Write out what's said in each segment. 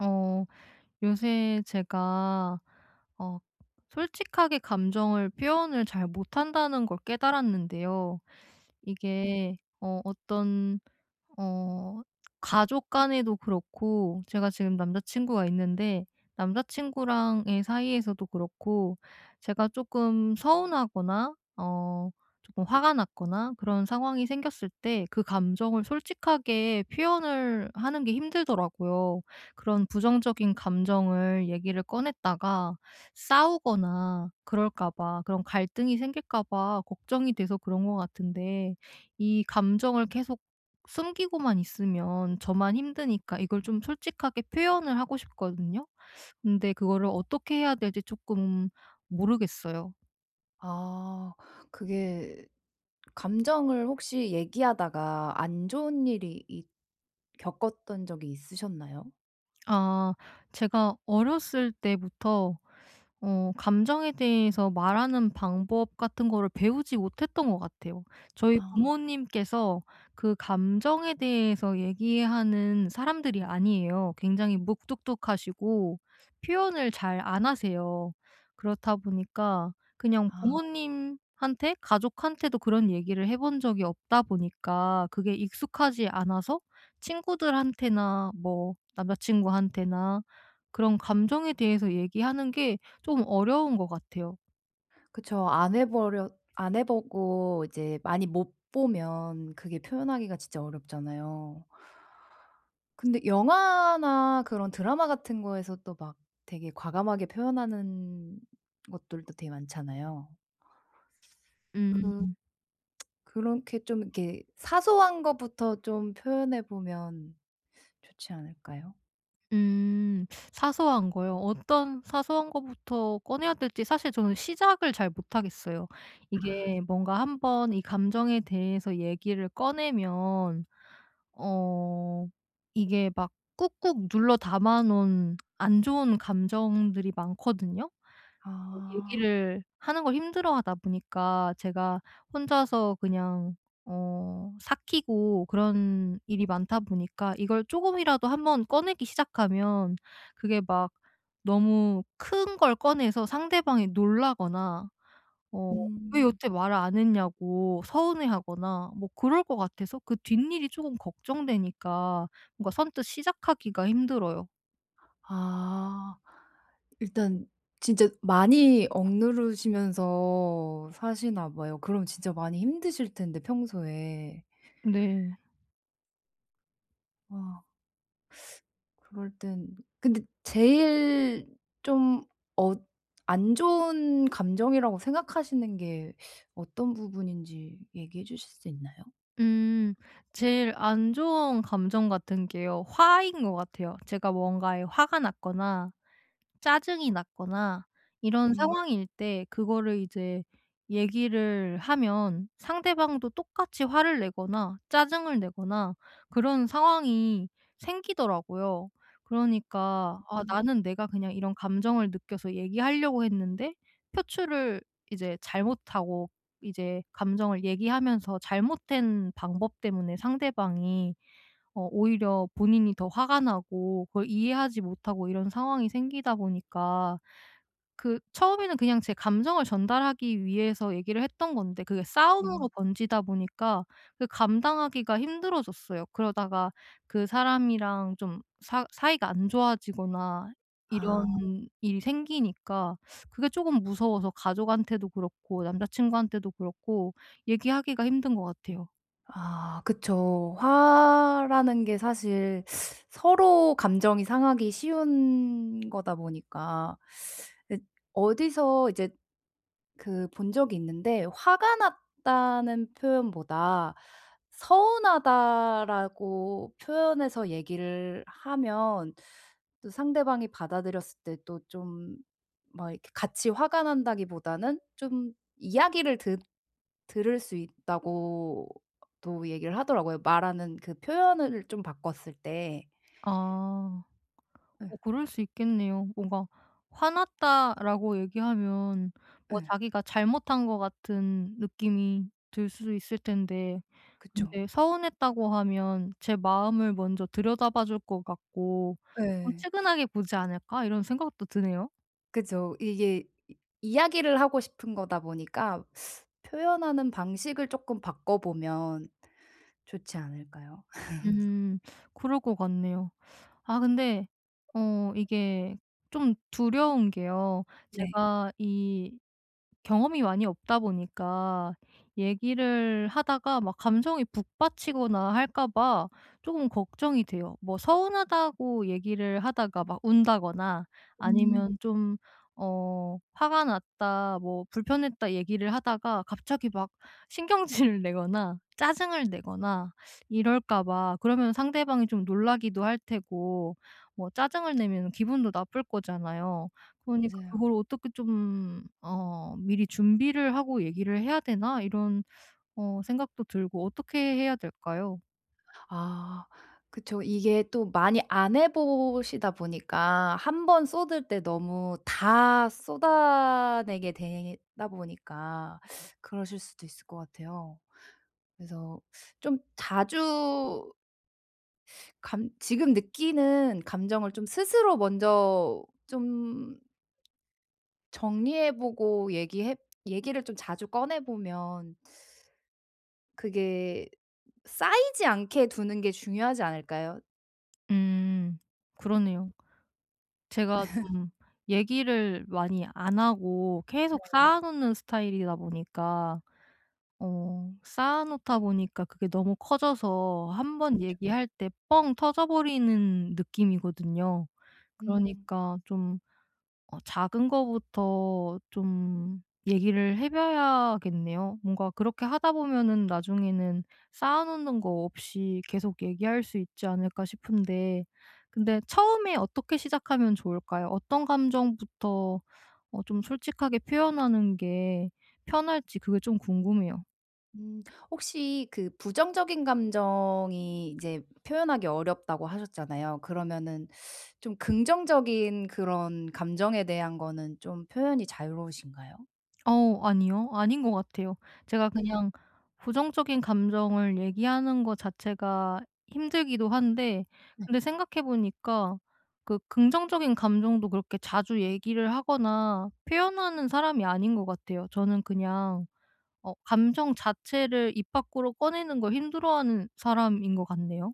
어, 요새 제가, 어, 솔직하게 감정을 표현을 잘 못한다는 걸 깨달았는데요. 네. 이게, 어떤 어 가족 간에도 그렇고, 제가 지금 남자친구가 있는데 남자친구랑의 사이에서도 그렇고, 제가 조금 서운하거나 조금 화가 났거나 그런 상황이 생겼을 때 그 감정을 솔직하게 표현을 하는 게 힘들더라고요. 그런 부정적인 감정을 얘기를 꺼냈다가 싸우거나 그럴까 봐, 그런 갈등이 생길까 봐 걱정이 돼서 그런 것 같은데, 이 감정을 계속 숨기고만 있으면 저만 힘드니까 이걸 좀 솔직하게 표현을 하고 싶거든요. 근데 그거를 어떻게 해야 될지 조금 모르겠어요. 아 그게 감정을 혹시 얘기하다가 안 좋은 일이 겪었던 적이 있으셨나요? 아, 제가 어렸을 때부터 감정에 대해서 말하는 방법 같은 거를 배우지 못했던 것 같아요. 저희 아. 부모님께서 그 감정에 대해서 얘기하는 사람들이 아니에요. 굉장히 묵뚝뚝하시고 표현을 잘 안 하세요. 그렇다 보니까 그냥 아 부모님한테, 가족한테도 그런 얘기를 해본 적이 없다 보니까 그게 익숙하지 않아서 친구들한테나 뭐 남자친구한테나 그런 감정에 대해서 얘기하는 게 좀 어려운 것 같아요. 그쵸. 안 해 보고 이제 많이 못 보면 그게 표현하기가 진짜 어렵잖아요. 근데 영화나 그런 드라마 같은 거에서 또 막 되게 과감하게 표현하는 것들도 되게 많잖아요. 그 음. 그렇게 좀 이렇게 사소한 것부터 좀 표현해 보면 좋지 않을까요? 음. 사소한 거요. 어떤 사소한 거부터 꺼내야 될지 사실 저는 시작을 잘 못하겠어요. 아. 이게 뭔가 한 번 이 감정에 대해서 얘기를 꺼내면 어 이게 막 꾹꾹 눌러 담아 놓은 안 좋은 감정들이 많거든요. 아. 얘기를 하는 걸 힘들어하다 보니까 제가 혼자서 그냥 삭히고, 그런 일이 많다 보니까 이걸 쪼금이라도 한번 꺼내기 시작하면 그게 막 너무 큰 걸 꺼내서 상대방이 놀라거나 어 "왜 음. 여태 말을 안 했냐."고 서운해하거나 뭐 그럴 것 같아서, 그 뒷일이 쪼금 걱정되니까 뭔가 선뜻 시작하기가 힘들어요. 아. 일단 진짜 많이 억누르시면서 사시나 봐요. 그럼 진짜 많이 힘드실 텐데 평소에. 네. 와 그럴 땐 근데 제일 좀 어 안 좋은 감정이라고 생각하시는 게 어떤 부분인지 얘기해 주실 수 있나요? 음. 제일 안 좋은 감정 같은 게요, 화인 것 같아요. 제가 뭔가에 화가 났거나 짜증이 났거나 이런 음. 상황일 때 그거를 이제 얘기를 하면 상대방도 똑같이 화를 내거나 짜증을 내거나 그런 상황이 생기더라고요. 그러니까 '아, 음. 나는 내가 그냥 이런 감정을 느껴서 얘기하려고 했는데 표출을 이제 잘못하고 이제 감정을 얘기하면서 잘못된 방법 때문에 상대방이 오히려 본인이 더 화가 나고 그걸 이해하지 못하고' 이런 상황이 생기다 보니까, 그 처음에는 그냥 제 감정을 전달하기 위해서 얘기를 했던 건데 그게 싸움으로 음. 번지다 보니까 그 감당하기가 힘들어졌어요. 그러다가 그 사람이랑 좀 사 사이가 안 좋아지거나 아. 이런 일이 생기니까 그게 조금 무서워서 가족한테도 그렇고 남자친구한테도 그렇고 얘기하기가 힘든 것 같아요. 아 그쵸. 화라는 게 사실 서로 감정이 상하기 쉬운 거다 보니까 근데 어디서 이제 그 본 적이 있는데 화가 났다는 표현보다 "서운하다."라고 표현해서 얘기를 하면 또 상대방이 받아들였을 때 또 좀 막 이렇게 같이 화가 난다기보다는 좀 이야기를 듣 들을 수 있다고 또 얘기를 하더라고요, 말하는 그 표현을 좀 바꿨을 때. 아. 아. 예 그럴 수 있겠네요. 뭔가 "화났다."라고 얘기하면 뭐 예. 자기가 잘못한 것 같은 느낌이 들 수도 있을 텐데, 그쵸. 근데 서운했다고 하면 '제 마음을 먼저 들여다봐 줄 것 같고 좀 예. 측은하게 보지 않을까?' 이런 생각도 드네요. 그죠. 이게 이 이야기를 하고 싶은 거다 보니까 표현하는 방식을 쪼끔 바꿔보면 좋지 않을까요? 음 그럴 것 같네요. 아, 근데 이게 좀 두려운 게요. 네. 제가 이 경험이 많이 없다 보니까 얘기를 하다가 막 감정이 북받치거나 할까 봐 조금 걱정이 돼요. 뭐 서운하다고 얘기를 하다가 막 운다거나. 음 아니면 좀 "화가 났다." 뭐 "불편했다." 얘기를 하다가 갑자기 막 신경질을 내거나 짜증을 내거나 이럴까 봐. 그러면 상대방이 좀 놀라기도 할 테고 뭐 짜증을 내면 기분도 나쁠 거잖아요. 그러니까 맞아요. 그걸 어떻게 좀 '미리 준비를 하고 얘기를 해야 되나?' 이런 생각도 들고, 어떻게 해야 될까요? 아 그쵸. 이게 또 많이 안 해 보시다 보니까 한 번 쏟을 때 너무 다 쏟아내게 되다 보니까 그러실 수도 있을 것 같아요. 그래서 좀 자주 감 지금 느끼는 감정을 좀 스스로 먼저 좀 정리해 보고 얘기해 얘기를 좀 자주 꺼내 보면 그게 쌓이지 않게 두는 게 중요하지 않을까요? 음 그러네요. 제가 좀 얘기를 많이 안 하고 계속 네. 쌓아 놓는 스타일이다 보니까 쌓아 놓다 보니까 그게 너무 커져서 한 번 그쵸. 얘기할 때 뻥 터져 버리는 느낌이거든요. 음. 그러니까 좀 작은 거부터 좀 얘기를 해 봐야겠네요. 뭔가 그렇게 하다 보면은 나중에는 쌓아 놓는 거 없이 계속 얘기할 수 있지 않을까 싶은데, 근데 처음에 어떻게 시작하면 좋을까요? 어떤 감정부터 좀 솔직하게 표현하는 게 편할지, 그게 좀 궁금해요. 음. 혹시 그 부정적인 감정이 이제 표현하기 어렵다고 하셨잖아요. 그러면은 좀 긍정적인 그런 감정에 대한 거는 좀 표현이 자유로우신가요? 아니요. 아닌 것 같아요. 제가, 네, 음. 그냥 부정적인 감정을 얘기하는 것 자체가 힘들기도 한데, 근데 생각해 보니까 그 긍정적인 감정도 그렇게 자주 얘기를 하거나 표현하는 사람이 아닌 것 같아요. 저는 그냥 감정 자체를 입 밖으로 꺼내는 걸 힘들어하는 사람인 것 같네요.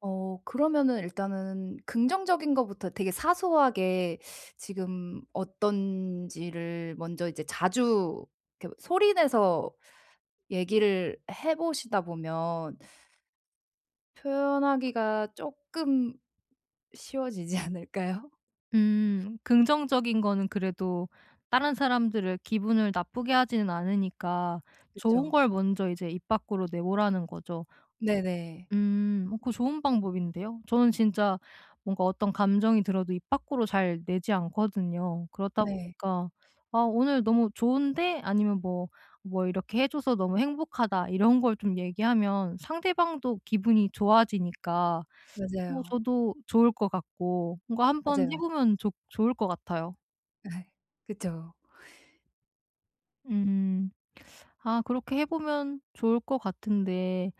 어 그러면은 일단은 긍정적인 것부터 되게 사소하게 지금 어떤지를 먼저 이제 자주 이렇게 소리 내서 얘기를 해 보시다 보면 표현하기가 쪼끔 쉬워지지 않을까요? 음. 긍정적인 거는 그래도 다른 사람들을 기분을 나쁘게 하지는 않으니까 좋은 그쵸. 걸 먼저 이제 입 밖으로 내보라는 거죠. 네네. 음. 그거 좋은 방법인데요. 저는 진짜 뭔가 어떤 감정이 들어도 입 밖으로 잘 내지 않거든요. 그렇다 네. 보니까 '아, 오늘 너무 좋은데?' 아니면 뭐 "뭐 이렇게 해 줘서 너무 행복하다." 이런 걸 좀 얘기하면 상대방도 기분이 좋아지니까 맞아요. 저도 좋을 것 같고, 뭔가 한번 해 맞아요. 보면 좋 좋을 것 같아요. 예. 그쵸. 음. 아, 그렇게 해 보면 좋을 것 같은데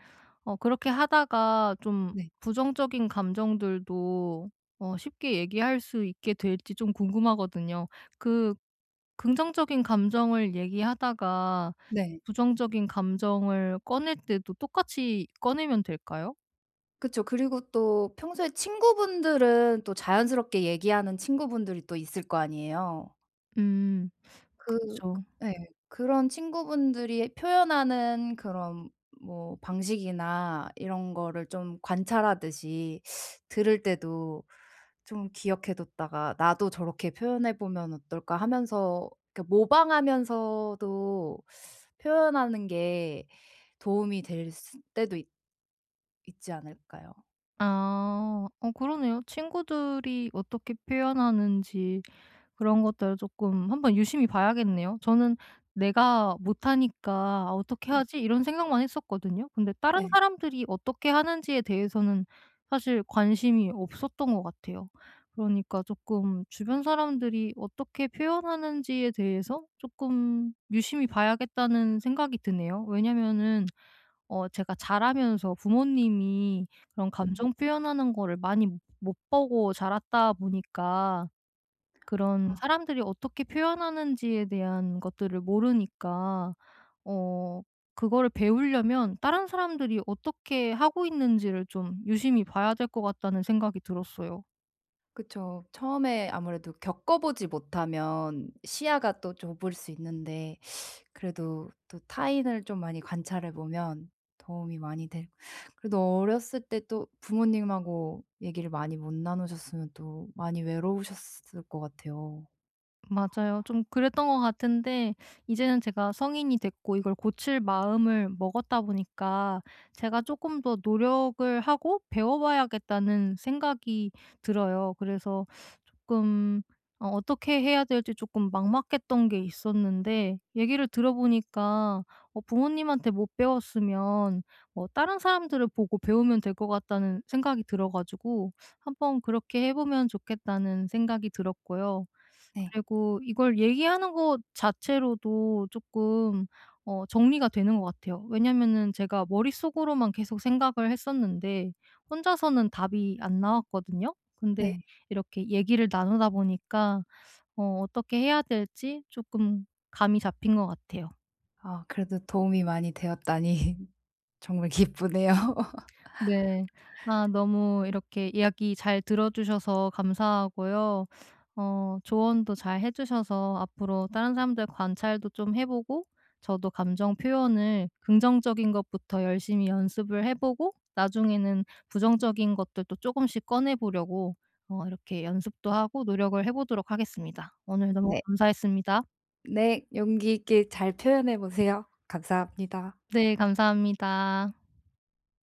그렇게 하다가 좀 네. 부정적인 감정들도 쉽게 얘기할 수 있게 될지 좀 궁금하거든요. 그 긍정적인 감정을 얘기하다가 네. 부정적인 감정을 꺼낼 때도 똑같이 꺼내면 될까요? 그쵸. 그리고 또 평소에 친구분들은 또 자연스럽게 얘기하는 친구분들이 또 있을 거 아니에요. 음. 그 그쵸. 예. 그런 친구분들이 표현하는 그런 뭐 방식이나 이런 거를 좀 관찰하듯이 들을 때도 좀 기억해 뒀다가 '나도 저렇게 표현해 보면 어떨까.' 하면서 그러니까 모방하면서도 표현하는 게 도움이 될 스 때도 있 있지 않을까요? 아. 그러네요. 친구들이 어떻게 표현하는지 그런 것들을 조금 한번 유심히 봐야겠네요. 저는 '내가 못하니까 아, 어떻게 하지?' 이런 생각만 했었거든요. 근데 다른 네. 사람들이 어떻게 하는지에 대해서는 사실 관심이 없었던 것 같아요. 그러니까 조금 주변 사람들이 어떻게 표현하는지에 대해서 조금 유심히 봐야겠다는 생각이 드네요. 왜냐면은 제가 자라면서 부모님이 그런 음. 감정 표현하는 거를 많이 못 보고 자랐다 보니까 아 그런 사람들이 어떻게 표현하는지에 대한 것들을 모르니까 어 그거를 배우려면 다른 사람들이 어떻게 하고 있는지를 좀 유심히 봐야 될 것 같다는 생각이 들었어요. 그쵸. 처음에 아무래도 겪어 보지 못하면 시야가 또 좁을 수 있는데 그래도 또 타인을 좀 많이 관찰해 보면 도움이 많이 될 그래도 어렸을 때 또 부모님하고 얘기를 많이 못 나누셨으면 또 많이 외로우셨을 것 같아요. 맞아요. 좀 그랬던 것 같은데 이제는 제가 성인이 됐고 이걸 고칠 마음을 먹었다 보니까 제가 조금 더 노력을 하고 배워봐야겠다는 생각이 들어요. 그래서 조금 어떻게 해야 될지 조금 막막했던 게 있었는데, 얘기를 들어보니까 부모님한테 못 배웠으면 뭐 다른 사람들을 보고 배우면 될 것 같다는 생각이 들어 가지고 '한번 그렇게 해 보면 좋겠다.'는 생각이 들었고요. 네. 그리고 이걸 얘기하는 것 자체로도 조금 정리가 되는 것 같아요. 왜냐면은 제가 머릿속으로만 계속 생각을 했었는데 혼자서는 답이 안 나왔거든요. 근데 네. 이렇게 얘기를 나누다 보니까 어떻게 해야 될지 조금 감이 잡힌 것 같아요. 아 그래도 도움이 많이 되었다니 정말 기쁘네요. 네. 아, 너무 이렇게 이야기 잘 들어 주셔서 감사하고요. 조언도 잘 해 주셔서 앞으로 다른 사람들 관찰도 좀 해 보고, 저도 감정 표현을 긍정적인 것부터 열심히 연습을 해 보고 나중에는 부정적인 것들도 조금씩 꺼내 보려고 이렇게 연습도 하고 노력을 해 보도록 하겠습니다. 오늘 너무 네. 감사했습니다. 네. 용기 있게 잘 표현해 보세요. 감사합니다. 네, 감사합니다.